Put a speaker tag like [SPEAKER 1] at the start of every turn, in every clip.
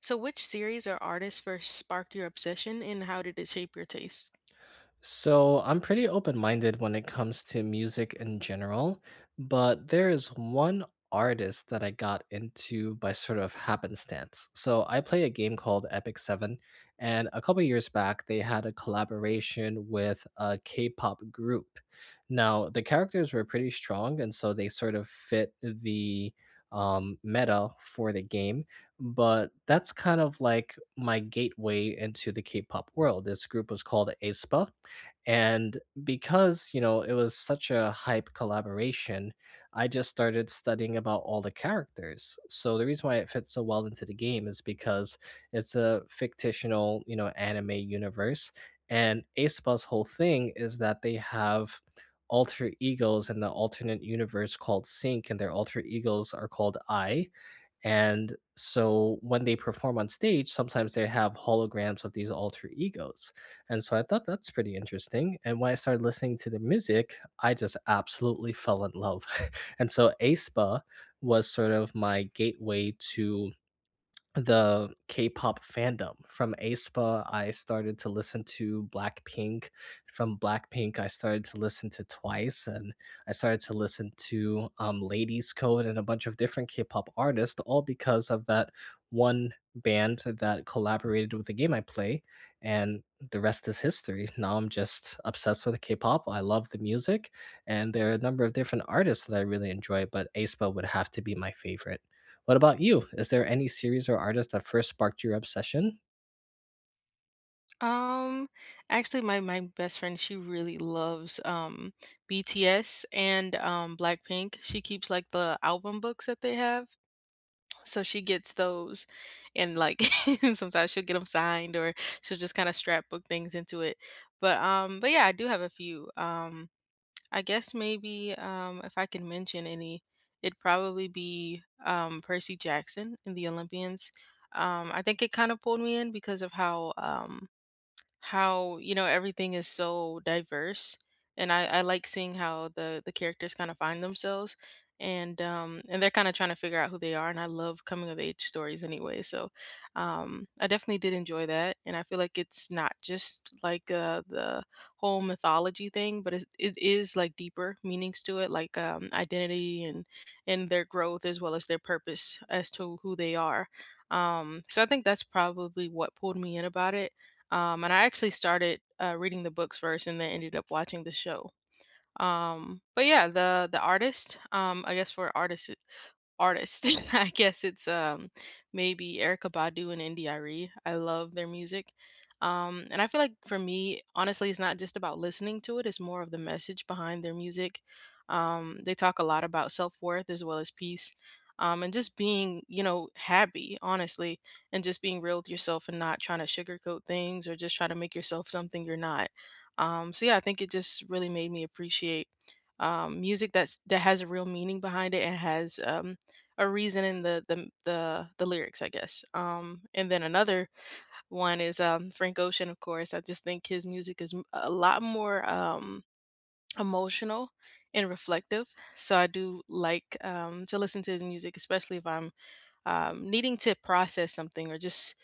[SPEAKER 1] So, which series or artist first sparked your obsession, and how did it shape your taste?
[SPEAKER 2] So I'm pretty open-minded when it comes to music in general, but there is one artist that I got into by sort of happenstance. So I play a game called Epic Seven, and a couple years back they had a collaboration with a K-pop group. Now the characters were pretty strong, and so they sort of fit the meta for the game, but that's kind of like my gateway into the K-pop world. This group was called aespa and because it was such a hype collaboration, I just started studying about all the characters. So the reason why it fits so well into the game is because it's a fictional, anime universe. And Aespa's whole thing is that they have alter egos in the alternate universe called Sync, and their alter egos are called I. And so when they perform on stage, sometimes they have holograms of these alter egos. And so I thought that's pretty interesting. And when I started listening to the music, I just absolutely fell in love. And so aespa was sort of my gateway to the K-pop fandom. From aespa, I started to listen to Blackpink. From Blackpink, I started to listen to Twice, and I started to listen to Ladies Code and a bunch of different K-pop artists, all because of that one band that collaborated with the game I play. And the rest is history. Now I'm just obsessed with K-pop. I love the music, and there are a number of different artists that I really enjoy, but aespa would have to be my favorite. What about you? Is there any series or artist that first sparked your obsession?
[SPEAKER 1] Um, actually, my best friend, she really loves BTS and Blackpink. She keeps like the album books that they have, so she gets those, and like sometimes she'll get them signed, or she'll just kind of scrapbook things into it. But yeah, I do have a few. I guess maybe if I can mention any, it'd probably be Percy Jackson in the Olympians. I think it kind of pulled me in because of how you know everything is so diverse and I like seeing how the characters kind of find themselves and they're kind of trying to figure out who they are, and I love coming of age stories anyway. So I definitely did enjoy that, and I feel like it's not just like the whole mythology thing, but it is like deeper meanings to it, like identity and their growth as well as their purpose as to who they are. So I think that's probably what pulled me in about it. And I actually started reading the books first, and then ended up watching the show. But yeah, the artist, I guess for artists artist. I guess it's maybe Erica Badu and NDIRE. IRE. I love their music. And I feel like for me, honestly, it's not just about listening to it, it's more of the message behind their music. They talk a lot about self-worth as well as peace. And just being, you know, happy, honestly, and just being real with yourself and not trying to sugarcoat things or just try to make yourself something you're not. So yeah, I think it just really made me appreciate music that has a real meaning behind it and has a reason in the lyrics, I guess. And then another one is Frank Ocean, of course. I just think his music is a lot more emotional and reflective. So I do like to listen to his music, especially if I'm needing to process something, or just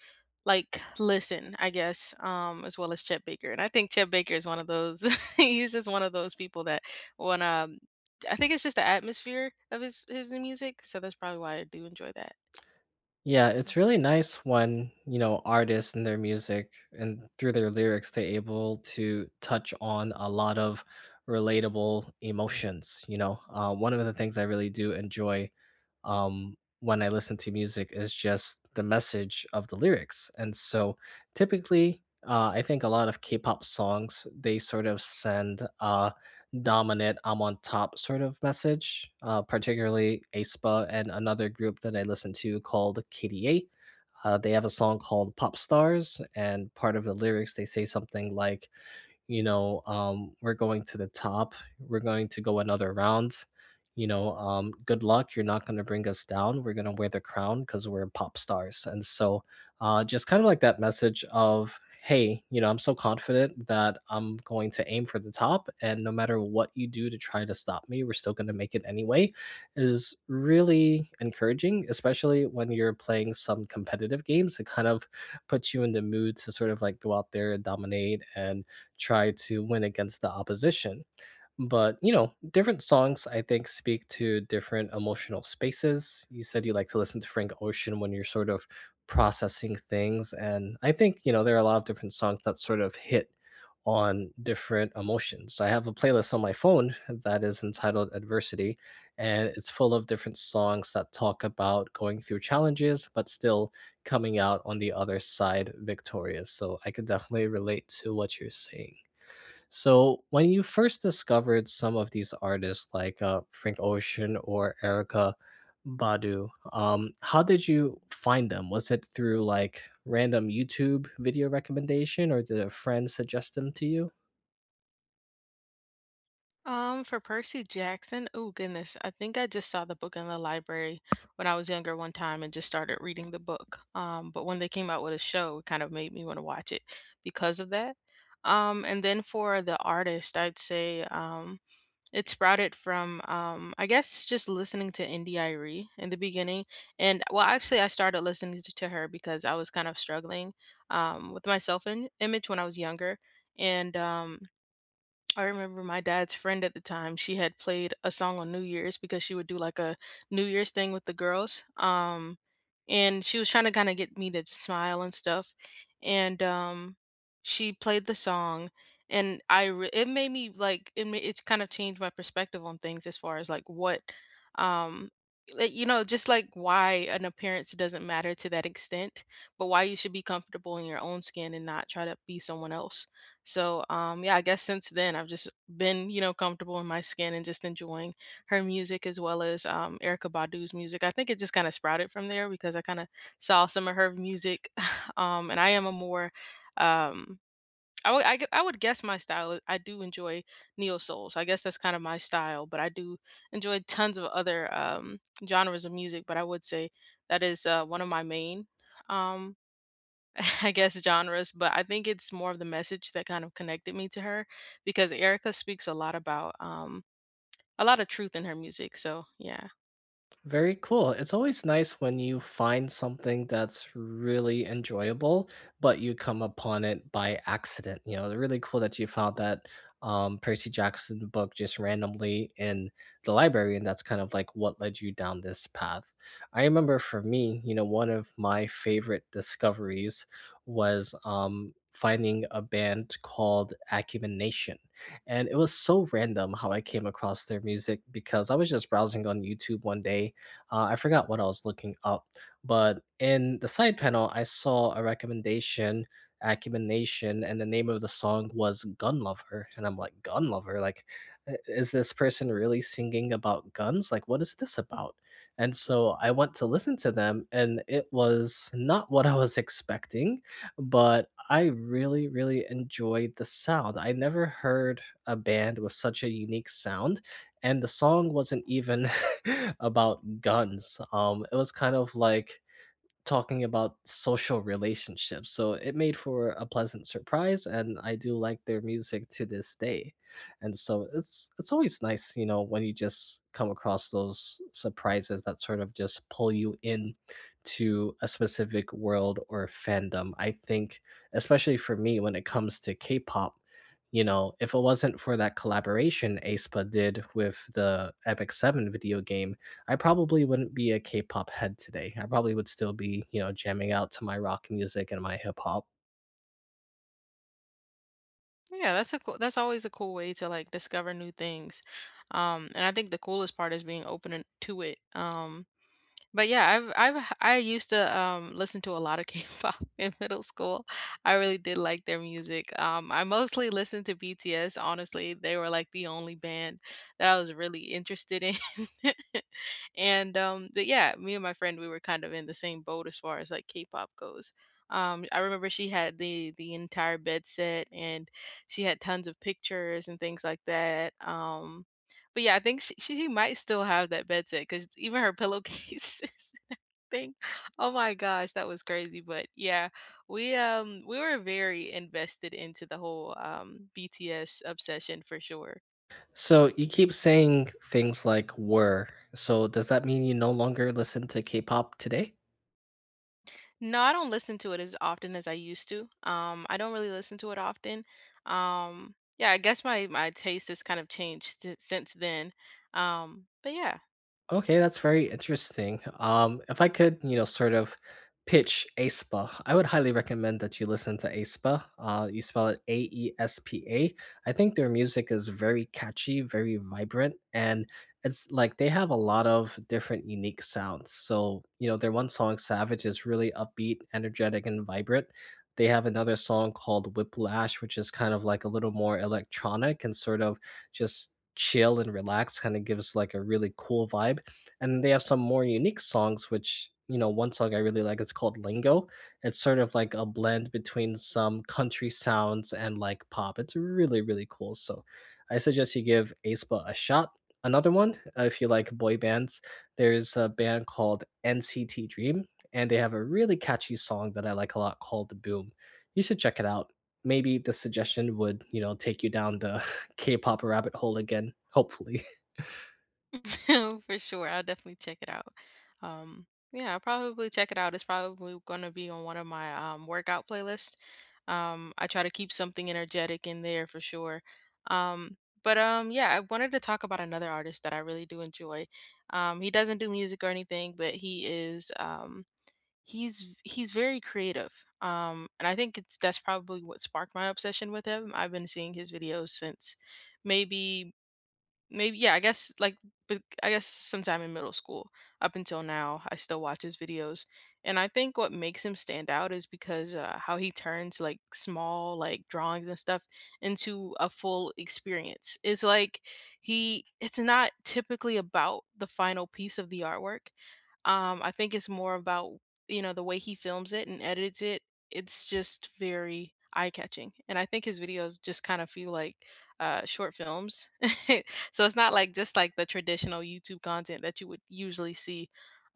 [SPEAKER 1] like listen, I guess, as well as Chet Baker. And I think Chet Baker is one of those, he's just one of those people that when I think it's just the atmosphere of his music. So that's probably why I do enjoy that.
[SPEAKER 2] Yeah, it's really nice when artists and their music and through their lyrics, they're able to touch on a lot of relatable emotions. One of the things I really do enjoy um, when I listen to music is just the message of the lyrics. And so typically, I think a lot of K pop songs, they sort of send, dominant, I'm on top sort of message, particularly aespa and another group that I listen to called KDA. They have a song called Pop Stars, and part of the lyrics, they say something like, we're going to the top. We're going to go another round. Good luck. You're not going to bring us down. We're going to wear the crown because we're pop stars. And so, just kind of like that message of, hey, I'm so confident that I'm going to aim for the top. And no matter what you do to try to stop me, we're still going to make it anyway is really encouraging, especially when you're playing some competitive games. It kind of puts you in the mood to sort of like go out there and dominate and try to win against the opposition. But, different songs, I think, speak to different emotional spaces. You said you like to listen to Frank Ocean when you're sort of processing things. And I think, there are a lot of different songs that sort of hit on different emotions. I have a playlist on my phone that is entitled Adversity, and it's full of different songs that talk about going through challenges, but still coming out on the other side victorious. So I could definitely relate to what you're saying. So, when you first discovered some of these artists like Frank Ocean or Erica Badu, how did you find them? Was it through like random YouTube video recommendation or did a friend suggest them to you?
[SPEAKER 1] For Percy Jackson, oh goodness, I think I just saw the book in the library when I was younger one time and just started reading the book. But when they came out with a show, it kind of made me want to watch it because of that. And then for the artist, I'd say it sprouted from I guess just listening to Indie Irie in the beginning. And well, actually, I started listening to her because I was kind of struggling with my image when I was younger. And I remember my dad's friend at the time, she had played a song on New Year's because she would do like a New Year's thing with the girls. And she was trying to kind of get me to smile and stuff. And She played the song, and it made me like it kind of changed my perspective on things as far as like um you know, just like why an appearance doesn't matter to that extent, but why you should be comfortable in your own skin and not try to be someone else. So yeah, I guess since then I've just been, you know, comfortable in my skin and just enjoying her music as well as Erica Badu's music. I think it just kind of sprouted from there because I kind of saw some of her music. And I am a more um I would guess my I do enjoy neo soul. So I guess that's kind of my style, but I do enjoy tons of other genres of music, but I would say that is one of my main um I guess genres, but I think it's more of the message that kind of connected me to her, because Erica speaks a lot about a lot of truth in her music. So yeah,
[SPEAKER 2] Very cool. It's always nice when you find something that's really enjoyable, but you come upon it by accident. It's really cool that you found that Percy Jackson book just randomly in the library, and that's kind of like what led you down this path. I remember for me, one of my favorite discoveries was finding a band called Acumen Nation. And it was so random how I came across their music because I was just browsing on YouTube one day, I forgot what I was looking up, but in the side panel, I saw a recommendation, Acumen Nation, and the name of the song was Gun Lover. And I'm like, Gun Lover? Like, is this person really singing about guns? Like, what is this about? And so I went to listen to them, and it was not what I was expecting, but I really, really enjoyed the sound. I never heard a band with such a unique sound, and the song wasn't even about guns. It was kind of like talking about social relationships. So it made for a pleasant surprise, and I do like their music to this day. And so it's always nice, when you just come across those surprises that sort of just pull you in to a specific world or fandom. I think, especially for me, when it comes to K-pop, if it wasn't for that collaboration aespa did with the Epic Seven video game I probably wouldn't be a K-pop head today. I probably would still be, jamming out to my rock music and my hip hop.
[SPEAKER 1] yeah, that's a cool, that's always a cool way to like discover new things. And I think the coolest part is being open to it. But yeah, I used to listen to a lot of K-pop in middle school. I really did like their music. I mostly listened to BTS. Honestly, they were like the only band that I was really interested in. And But yeah, me and my friend, we were kind of in the same boat as far as like K-pop goes. I remember she had the entire bed set, and she had tons of pictures and things like that. But yeah, I think she might still have that bed set, cuz even her pillowcase is a thing. Oh my gosh, that was crazy, but yeah, we were very invested into the whole BTS obsession for sure.
[SPEAKER 2] So you keep saying things like were. So does that mean you no longer listen to K-pop today?
[SPEAKER 1] No, I don't listen to it as often as I used to. I don't really listen to it often. Yeah, I guess my taste has kind of changed since then. But yeah.
[SPEAKER 2] Okay, that's very interesting. If I could, sort of pitch aespa, I would highly recommend that you listen to aespa. You spell it Aespa. I think their music is very catchy, very vibrant, and it's like they have a lot of different unique sounds. So, their one song, Savage, is really upbeat, energetic, and vibrant. They have another song called Whiplash, which is kind of like a little more electronic and sort of just chill and relaxed, kind of gives like a really cool vibe and they have some more unique songs, which, one song I really like is called Lingo. It's sort of like a blend between some country sounds and like pop. It's really, really cool. So I suggest you give aespa a shot. Another one, if you like boy bands, there's a band called NCT Dream, and they have a really catchy song that I like a lot called Boom. You should check it out. Maybe the suggestion would, take you down the K-pop rabbit hole again, hopefully.
[SPEAKER 1] For sure, I'll definitely check it out. Um, yeah, I'll probably check it out. It's probably gonna be on one of my workout playlists. I try to keep something energetic in there for sure. Um, but yeah, I wanted to talk about another artist that I really do enjoy. He doesn't do music or anything, but he is he's very creative, and I think it's that's probably what sparked my obsession with him. I've been seeing his videos since maybe Maybe, yeah, I guess sometime in middle school up until now, I still watch his videos. And I think what makes him stand out is because how he turns like small like drawings and stuff into a full experience. It's like he it's not typically about the final piece of the artwork. I think it's more about, you know, the way he films it and edits it. It's just very eye catching, and I think his videos just kind of feel like short films. So it's not like just like the traditional YouTube content that you would usually see.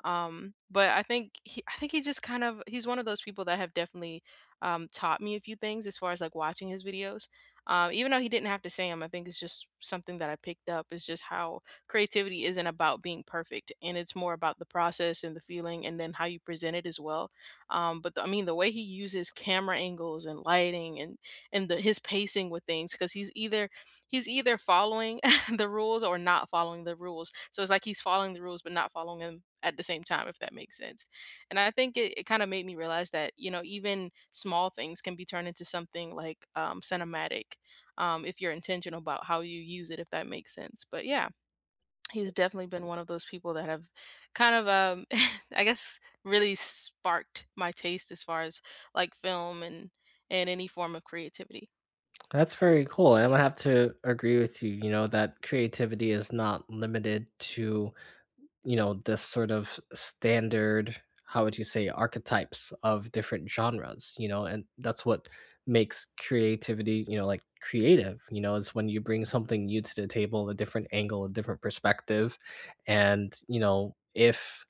[SPEAKER 1] But I think I think he just kind of, he's one of those people that have definitely taught me a few things as far as like watching his videos. Even though he didn't have to say them, I think it's just something that I picked up, is just how creativity isn't about being perfect, and it's more about the process and the feeling and then how you present it as well. But the way he uses camera angles and lighting and his pacing with things, because he's either following the rules or not following the rules. So it's like he's following the rules but not following them at the same time, if that makes sense. And I think it kind of made me realize that, you know, even small things can be turned into something like cinematic, if you're intentional about how you use it, if that makes sense. But yeah, he's definitely been one of those people that have kind of, I guess, really sparked my taste as far as like film and any form of creativity.
[SPEAKER 2] That's very cool, and I'm gonna have to agree with you, that creativity is not limited to this sort of standard, how would you say, archetypes of different genres, and that's what makes creativity, like creative, is when you bring something new to the table, a different angle, a different perspective. And, if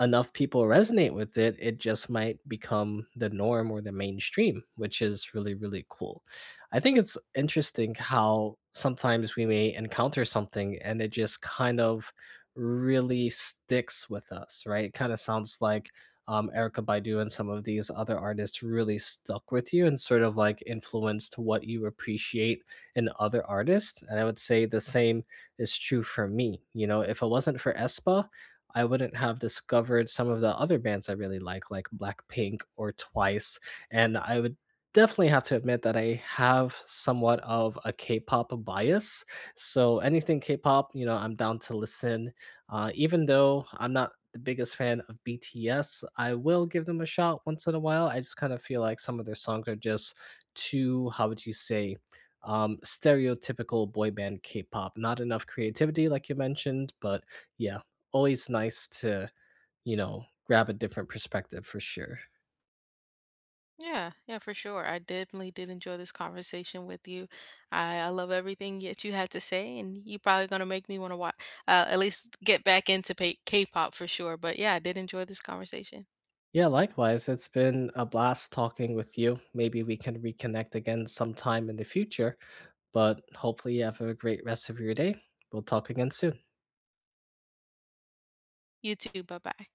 [SPEAKER 2] enough people resonate with it, it just might become the norm or the mainstream, which is really, really cool. I think it's interesting how sometimes we may encounter something and it just kind of really sticks with us, right? It kind of sounds like Erica Baidu and some of these other artists really stuck with you and sort of like influenced what you appreciate in other artists. And I would say the same is true for me. If it wasn't for Espa, I wouldn't have discovered some of the other bands I really like Blackpink or Twice. And I would definitely have to admit that I have somewhat of a K-pop bias. So anything K-pop, I'm down to listen. Even though I'm not the biggest fan of BTS, I will give them a shot once in a while. I just kind of feel like some of their songs are just too, how would you say, stereotypical boy band K-pop. Not enough creativity, like you mentioned, but yeah always nice to, grab a different perspective for sure.
[SPEAKER 1] Yeah, yeah, for sure. I definitely did enjoy this conversation with you. I love everything that you had to say, and you probably gonna make me want to watch, at least get back into K-pop for sure. But yeah, I did enjoy this conversation.
[SPEAKER 2] Yeah, likewise. It's been a blast talking with you. Maybe we can reconnect again sometime in the future, but hopefully you have a great rest of your day. We'll talk again soon.
[SPEAKER 1] You too. Bye bye.